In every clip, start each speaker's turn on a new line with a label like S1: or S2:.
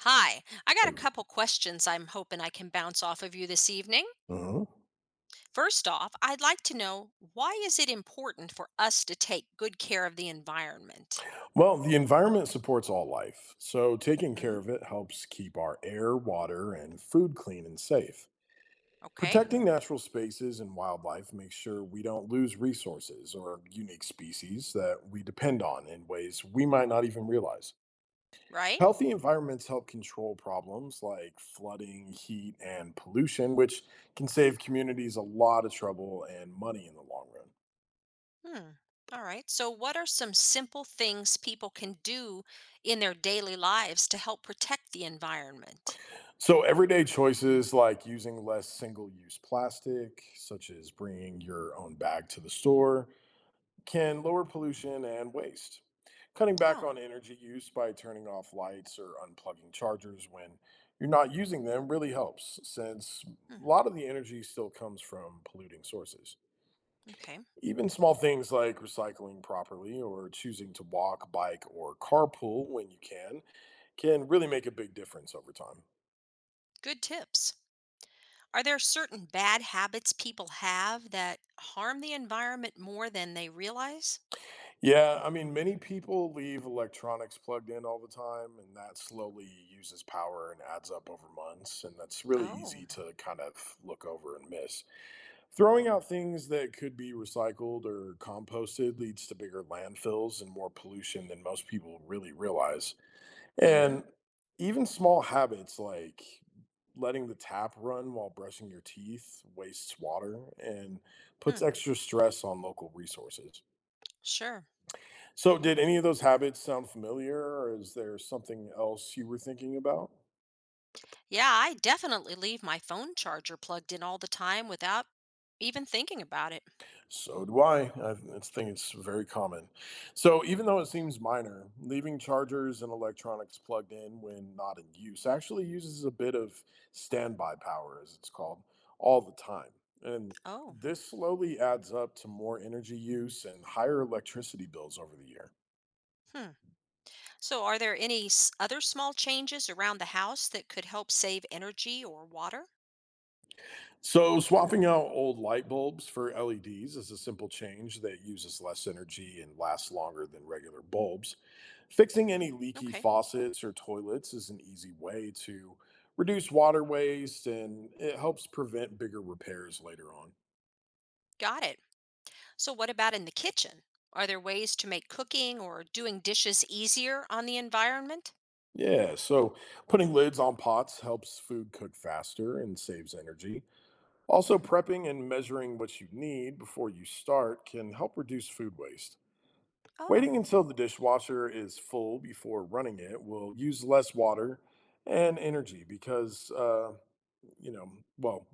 S1: Hi, I got a couple questions I'm hoping I can bounce off of you this evening.
S2: Mhm.
S1: First off, I'd like to know why is it important for us to take good care of the environment?
S2: Well, the environment supports all life, so taking care
S1: Hmm.
S2: of it helps keep our air, water, and food clean and safe.
S1: Okay.
S2: Protecting natural spaces and wildlife makes sure we don't lose resources or unique species that we depend on in ways we might not even realize.
S1: Right?
S2: Healthy environments help control problems like flooding, heat, and pollution, which can save communities a lot of trouble and money in the long run.
S1: Hmm. All right. So, what are some simple things people can do in their daily lives to help protect the environment?
S2: So, everyday choices like using less single use plastic, such as bringing your own bag to the store, can lower pollution and waste. Cutting back
S1: Oh.
S2: on energy use by turning off lights or unplugging chargers when you're not using them really helps, since
S1: Hmm.
S2: a lot of the energy still comes from polluting sources.
S1: Okay.
S2: Even small things like recycling properly or choosing to walk, bike, or carpool when you can really make a big difference over time.
S1: Good tips. Are there certain bad habits people have that harm the environment more than they realize?
S2: Yeah, I mean, many people leave electronics plugged in all the time, and that slowly uses power and adds up over months. And that's really
S1: Oh.
S2: easy to kind of look over and miss. Throwing out things that could be recycled or composted leads to bigger landfills and more pollution than most people really realize.
S1: Mm-hmm.
S2: And even small habits like letting the tap run while brushing your teeth wastes water and puts
S1: Hmm.
S2: extra stress on local resources.
S1: Sure.
S2: So, did any of those habits sound familiar, or is there something else you were thinking about?
S1: Yeah, I definitely leave my phone charger plugged in all the time without even thinking about it.
S2: So do I. Think it's very common. So, even though it seems minor, leaving chargers and electronics plugged in when not in use actually uses a bit of standby power, as it's called, all the time. And
S1: Oh.
S2: this slowly adds up to more energy use and higher electricity bills over the year.
S1: Hmm. So, are there any other small changes around the house that could help save energy or water?
S2: So, swapping out old light bulbs for LEDs is a simple change that uses less energy and lasts longer than regular bulbs. Fixing any leaky
S1: Okay,
S2: faucets or toilets is an easy way to reduce water waste and it helps prevent bigger repairs later on.
S1: got it. So, what about in the kitchen? Are there ways to make cooking or doing dishes easier on the environment?
S2: Yeah, so putting lids on pots helps food cook faster and saves energy. Also,
S1: Hmm.
S2: prepping and measuring what you need before you start can help reduce food waste.
S1: Oh.
S2: Waiting until the dishwasher is full before running it will use less water and energy because, you know, well,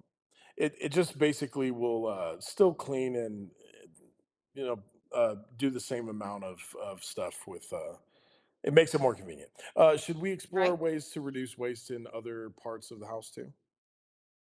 S2: it just basically will still clean and, you know, do the same amount of stuff with it makes it more convenient. Should we explore
S1: Right.
S2: ways to reduce waste in other parts of the house too?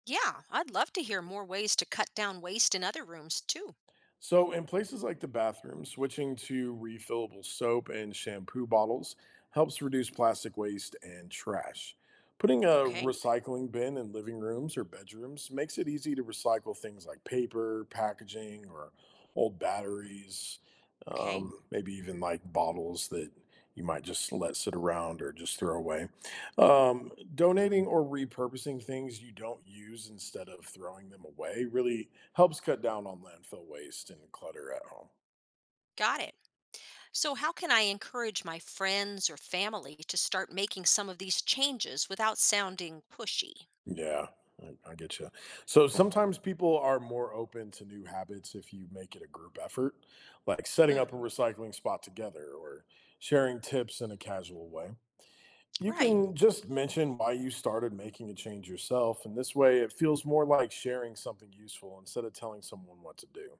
S1: Yeah, I'd love to hear more ways to cut down waste in other rooms too.
S2: So, in places like the bathroom, switching to refillable soap and shampoo bottles helps reduce plastic waste and trash. Putting a
S1: Okay,
S2: recycling bin in living rooms or bedrooms makes it easy to recycle things like paper, packaging, or old batteries,
S1: okay,
S2: maybe even like bottles that you might just let sit around or just throw away. Donating or repurposing things you don't use instead of throwing them away really helps cut down on landfill waste and clutter at home.
S1: got it. So, how can I encourage my friends or family to start making some of these changes without sounding pushy?
S2: Yeah, I get you. So sometimes people are more open to new habits if you make it a group effort, like setting
S1: Mm.
S2: up a recycling spot together or sharing tips in a casual way. You
S1: Right.
S2: can just mention why you started making a change yourself, and this way it feels more like sharing something useful instead of telling someone what to do.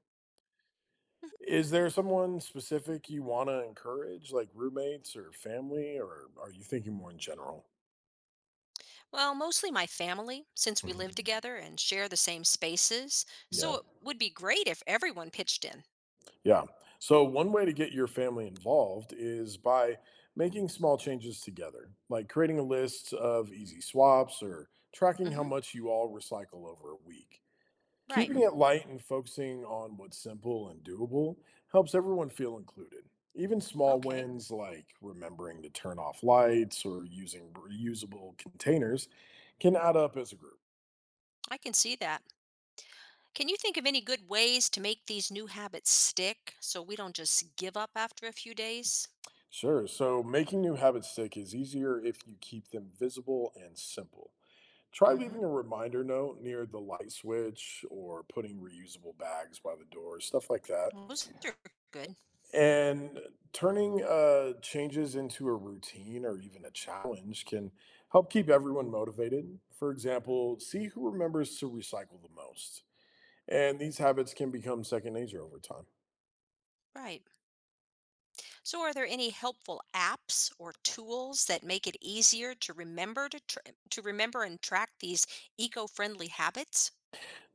S2: Is there someone specific you wanna encourage, like roommates or family, or are you thinking more in general?
S1: Well, mostly my family, since we live
S2: Mhm.
S1: together and share the same spaces. So,
S2: Yeah,
S1: it would be great if everyone pitched in.
S2: yeah. So one way to get your family involved is by making small changes together, like creating a list of easy swaps or tracking how
S1: Hmm.
S2: much you all recycle over a week.
S1: Right.
S2: Keeping it light and focusing on what's simple and doable helps everyone feel included. Even small
S1: Okay.
S2: wins like remembering to turn off lights or using reusable containers can add up as a group.
S1: I can see that. Can you think of any good ways to make these new habits stick so we don't just give up after a few days?
S2: Sure, so making new habits stick is easier if you keep them visible and simple. Try
S1: Hmm.
S2: leaving a reminder note near the light switch or putting reusable bags by the door, stuff like that.
S1: Those are good.
S2: And turning changes into a routine or even a challenge can help keep everyone motivated. For example, see who remembers to recycle the most. And these habits can become second nature over time.
S1: Right. So, are there any helpful apps or tools that make it easier to remember to remember and track these eco-friendly habits?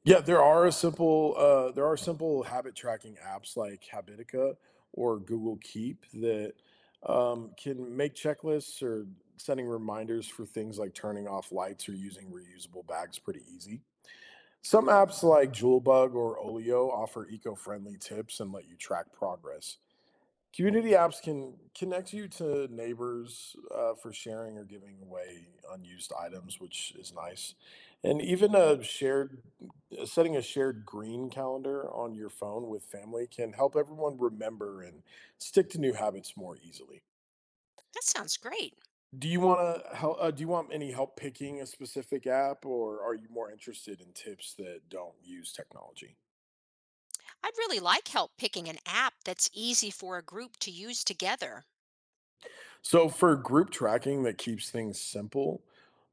S2: Yeah, there are simple habit tracking apps like Habitica or Google Keep that can make checklists or setting reminders for things like turning off lights or using reusable bags pretty easy. Some
S1: Oh,
S2: apps like Jewelbug or Olio offer eco-friendly tips and let you track progress. Community apps can connect you to neighbors for sharing or giving away unused items, which is nice. And even a shared setting a shared green calendar on your phone with family can help everyone remember and stick to new habits more easily.
S1: that sounds great.
S2: Do you want to help? Do you want any help picking a specific app, or are you more interested in tips that don't use technology?
S1: I'd really like help picking an app that's easy for a group to use together.
S2: So for group tracking that keeps things simple,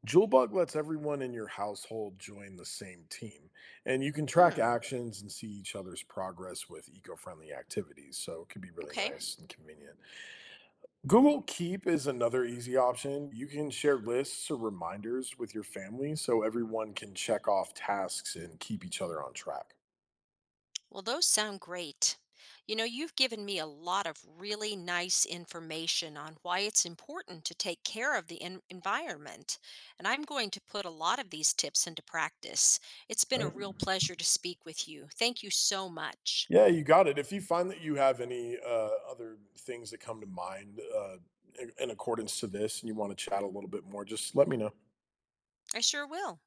S2: Julebug lets everyone in your household join the same team, and you can track
S1: Hmm,
S2: actions and see each other's progress with eco-friendly activities. So it could be really
S1: okay.
S2: nice and convenient. Google Keep is another easy option. You can share lists or reminders with your family so everyone can check off tasks and keep each other on track.
S1: Well, those sound great. You know, you've given me a lot of really nice information on why it's important to take care of the environment, and I'm going to put a lot of these tips into practice. It's been a
S2: Right.
S1: real pleasure to speak with you. Thank you so much.
S2: Yeah, you got it. If you find that you have any other things that come to mind in accordance to this and you want to chat a little bit more, just let me know.
S1: I sure will.